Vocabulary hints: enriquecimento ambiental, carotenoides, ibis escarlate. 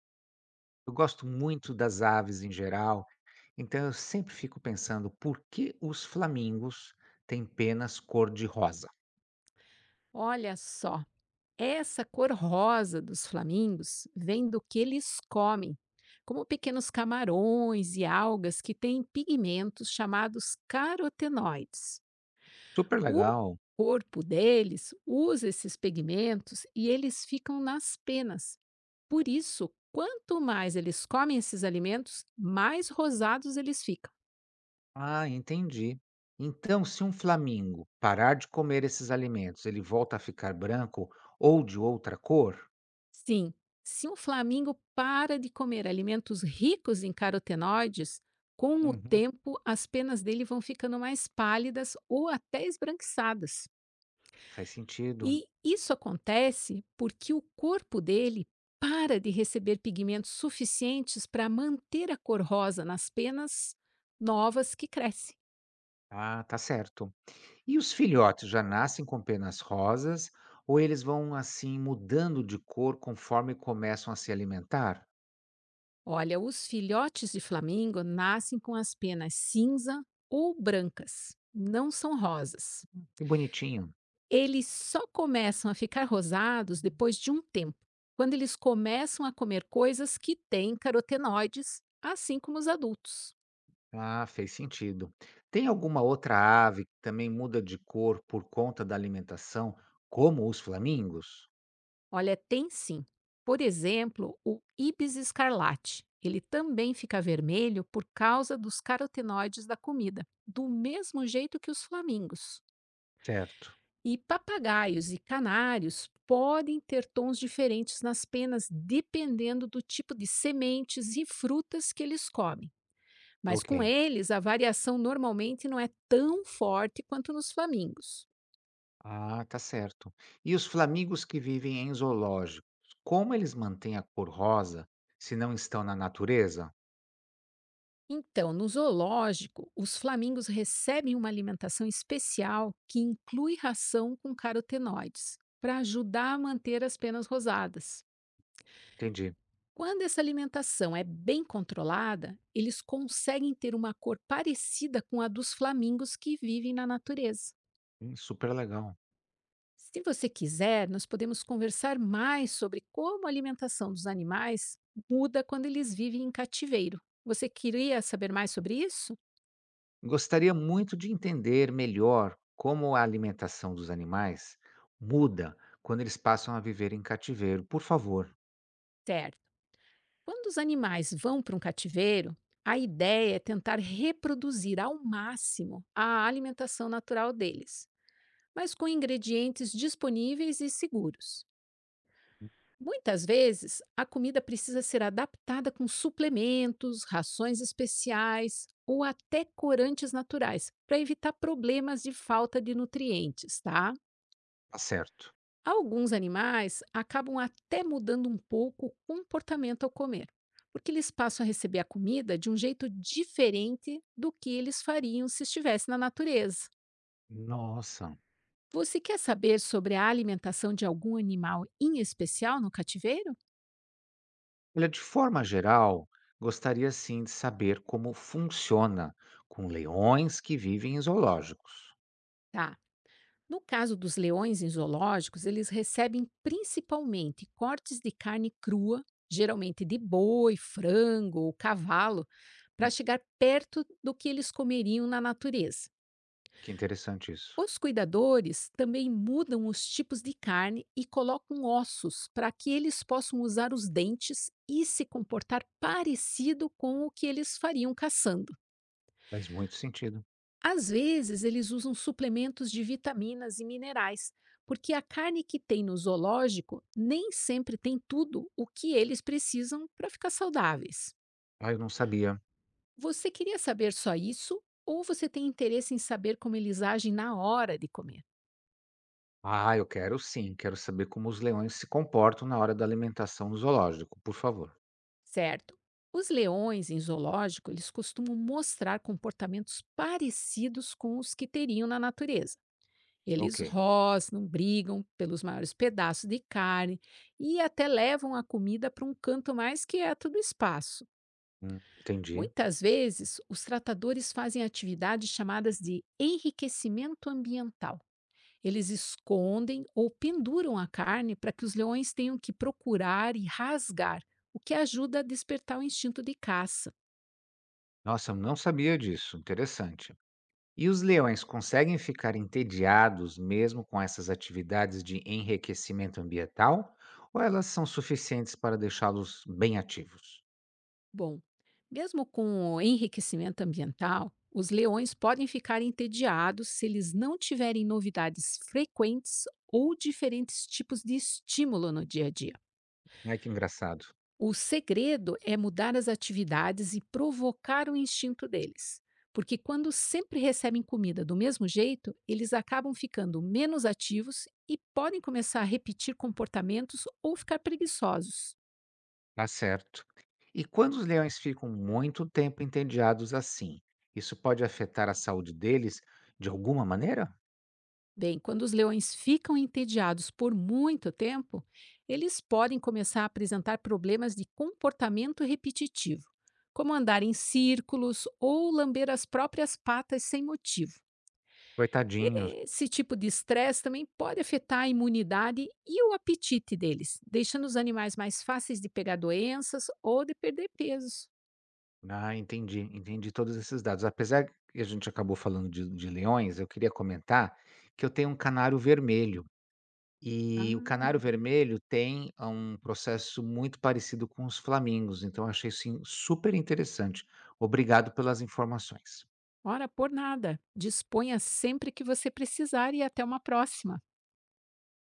Eu gosto muito das aves em geral, então eu sempre fico pensando por que os flamingos têm penas cor-de-rosa. Olha só, essa cor rosa dos flamingos vem do que eles comem, como pequenos camarões e algas que têm pigmentos chamados carotenoides. Super O legal. corpo deles usa esses pigmentos e eles ficam nas penas. Por isso, quanto mais eles comem esses alimentos, mais rosados eles ficam. Ah, entendi. Então, se um flamingo parar de comer esses alimentos, ele volta a ficar branco ou de outra cor? Sim, se um flamingo para de comer alimentos ricos em carotenoides, com o Uhum. tempo as penas dele vão ficando mais pálidas ou até esbranquiçadas. Faz sentido. E isso acontece porque o corpo dele para de receber pigmentos suficientes para manter a cor rosa nas penas novas que crescem. Ah, tá certo. E os filhotes já nascem com penas rosas ou eles vão assim mudando de cor conforme começam a se alimentar? Olha, os filhotes de flamingo nascem com as penas cinza ou brancas, não são rosas. Que bonitinho. Eles só começam a ficar rosados depois de um tempo, quando eles começam a comer coisas que têm carotenoides, assim como os adultos. Ah, fez sentido. Tem alguma outra ave que também muda de cor por conta da alimentação, como os flamingos? Olha, tem sim. Por exemplo, o ibis escarlate. Ele também fica vermelho por causa dos carotenoides da comida, do mesmo jeito que os flamingos. Certo, E papagaios e canários podem ter tons diferentes nas penas dependendo do tipo de sementes e frutas que eles comem. Mas com ok. eles, a variação normalmente não é tão forte quanto nos flamingos. Ah, tá certo. E os flamingos que vivem em zoológicos, como eles mantêm a cor rosa se não estão na natureza? Então, no zoológico, os flamingos recebem uma alimentação especial que inclui ração com carotenoides, para ajudar a manter as penas rosadas. Entendi. Quando essa alimentação é bem controlada, eles conseguem ter uma cor parecida com a dos flamingos que vivem na natureza. Super legal. Se você quiser, nós podemos conversar mais sobre como a alimentação dos animais muda quando eles vivem em cativeiro. Você queria saber mais sobre isso? Gostaria muito de entender melhor como a alimentação dos animais muda quando eles passam a viver em cativeiro. Por favor, Certo. Quando os animais vão para um cativeiro, a ideia é tentar reproduzir ao máximo a alimentação natural deles, mas com ingredientes disponíveis e seguros. Muitas vezes, a comida precisa ser adaptada com suplementos, rações especiais ou até corantes naturais, para evitar problemas de falta de nutrientes, tá? tá certo. Alguns animais acabam até mudando um pouco o comportamento ao comer, porque eles passam a receber a comida de um jeito diferente do que eles fariam se estivesse na natureza. Nossa, Você quer saber sobre a alimentação de algum animal em especial no cativeiro? olha, de forma geral, gostaria sim de saber como funciona com leões que vivem em zoológicos. Tá. No caso dos leões em zoológicos, eles recebem principalmente cortes de carne crua, geralmente de boi, frango ou cavalo, para Hum, chegar perto do que eles comeriam na natureza. Que interessante isso. Os cuidadores também mudam os tipos de carne e colocam ossos para que eles possam usar os dentes e se comportar parecido com o que eles fariam caçando. Faz muito sentido. Às vezes, eles usam suplementos de vitaminas e minerais, porque a carne que tem no zoológico nem sempre tem tudo o que eles precisam para ficar saudáveis. Ah, eu não sabia. Você queria saber só isso ou você tem interesse em saber como eles agem na hora de comer? Ah, eu quero sim. Quero saber como os leões se comportam na hora da alimentação no zoológico, por favor. Certo. Os leões em zoológico, eles costumam mostrar comportamentos parecidos com os que teriam na natureza. Ok. Eles rosnam, brigam pelos maiores pedaços de carne e até levam a comida para um canto mais quieto do espaço. Entendi. Muitas vezes, os tratadores fazem atividades chamadas de enriquecimento ambiental. Eles escondem ou penduram a carne para que os leões tenham que procurar e rasgar, o que ajuda a despertar o instinto de caça. Nossa, eu não sabia disso. Interessante. E os leões conseguem ficar entediados mesmo com essas atividades de enriquecimento ambiental? Ou elas são suficientes para deixá-los bem ativos? Bom, mesmo com o enriquecimento ambiental, os leões podem ficar entediados se eles não tiverem novidades frequentes ou diferentes tipos de estímulo no dia a dia. Ai, que engraçado. O segredo é mudar as atividades e provocar o instinto deles. Porque quando sempre recebem comida do mesmo jeito, eles acabam ficando menos ativos e podem começar a repetir comportamentos ou ficar preguiçosos. Tá certo. E quando os leões ficam muito tempo entediados assim, isso pode afetar a saúde deles de alguma maneira? Bem, quando os leões ficam entediados por muito tempo, eles podem começar a apresentar problemas de comportamento repetitivo, como andar em círculos ou lamber as próprias patas sem motivo. Coitadinhos. Esse tipo de estresse também pode afetar a imunidade e o apetite deles, deixando os animais mais fáceis de pegar doenças ou de perder peso. Ah, entendi, entendi todos esses dados. Apesar que a gente acabou falando de leões, eu queria comentar que eu tenho um canário vermelho. E o canário Ah, vermelho tem a um processo muito parecido com os flamingos, então eu achei, assim, super interessante. Obrigado pelas informações. ora por nada. Disponha sempre que você precisar e até uma próxima.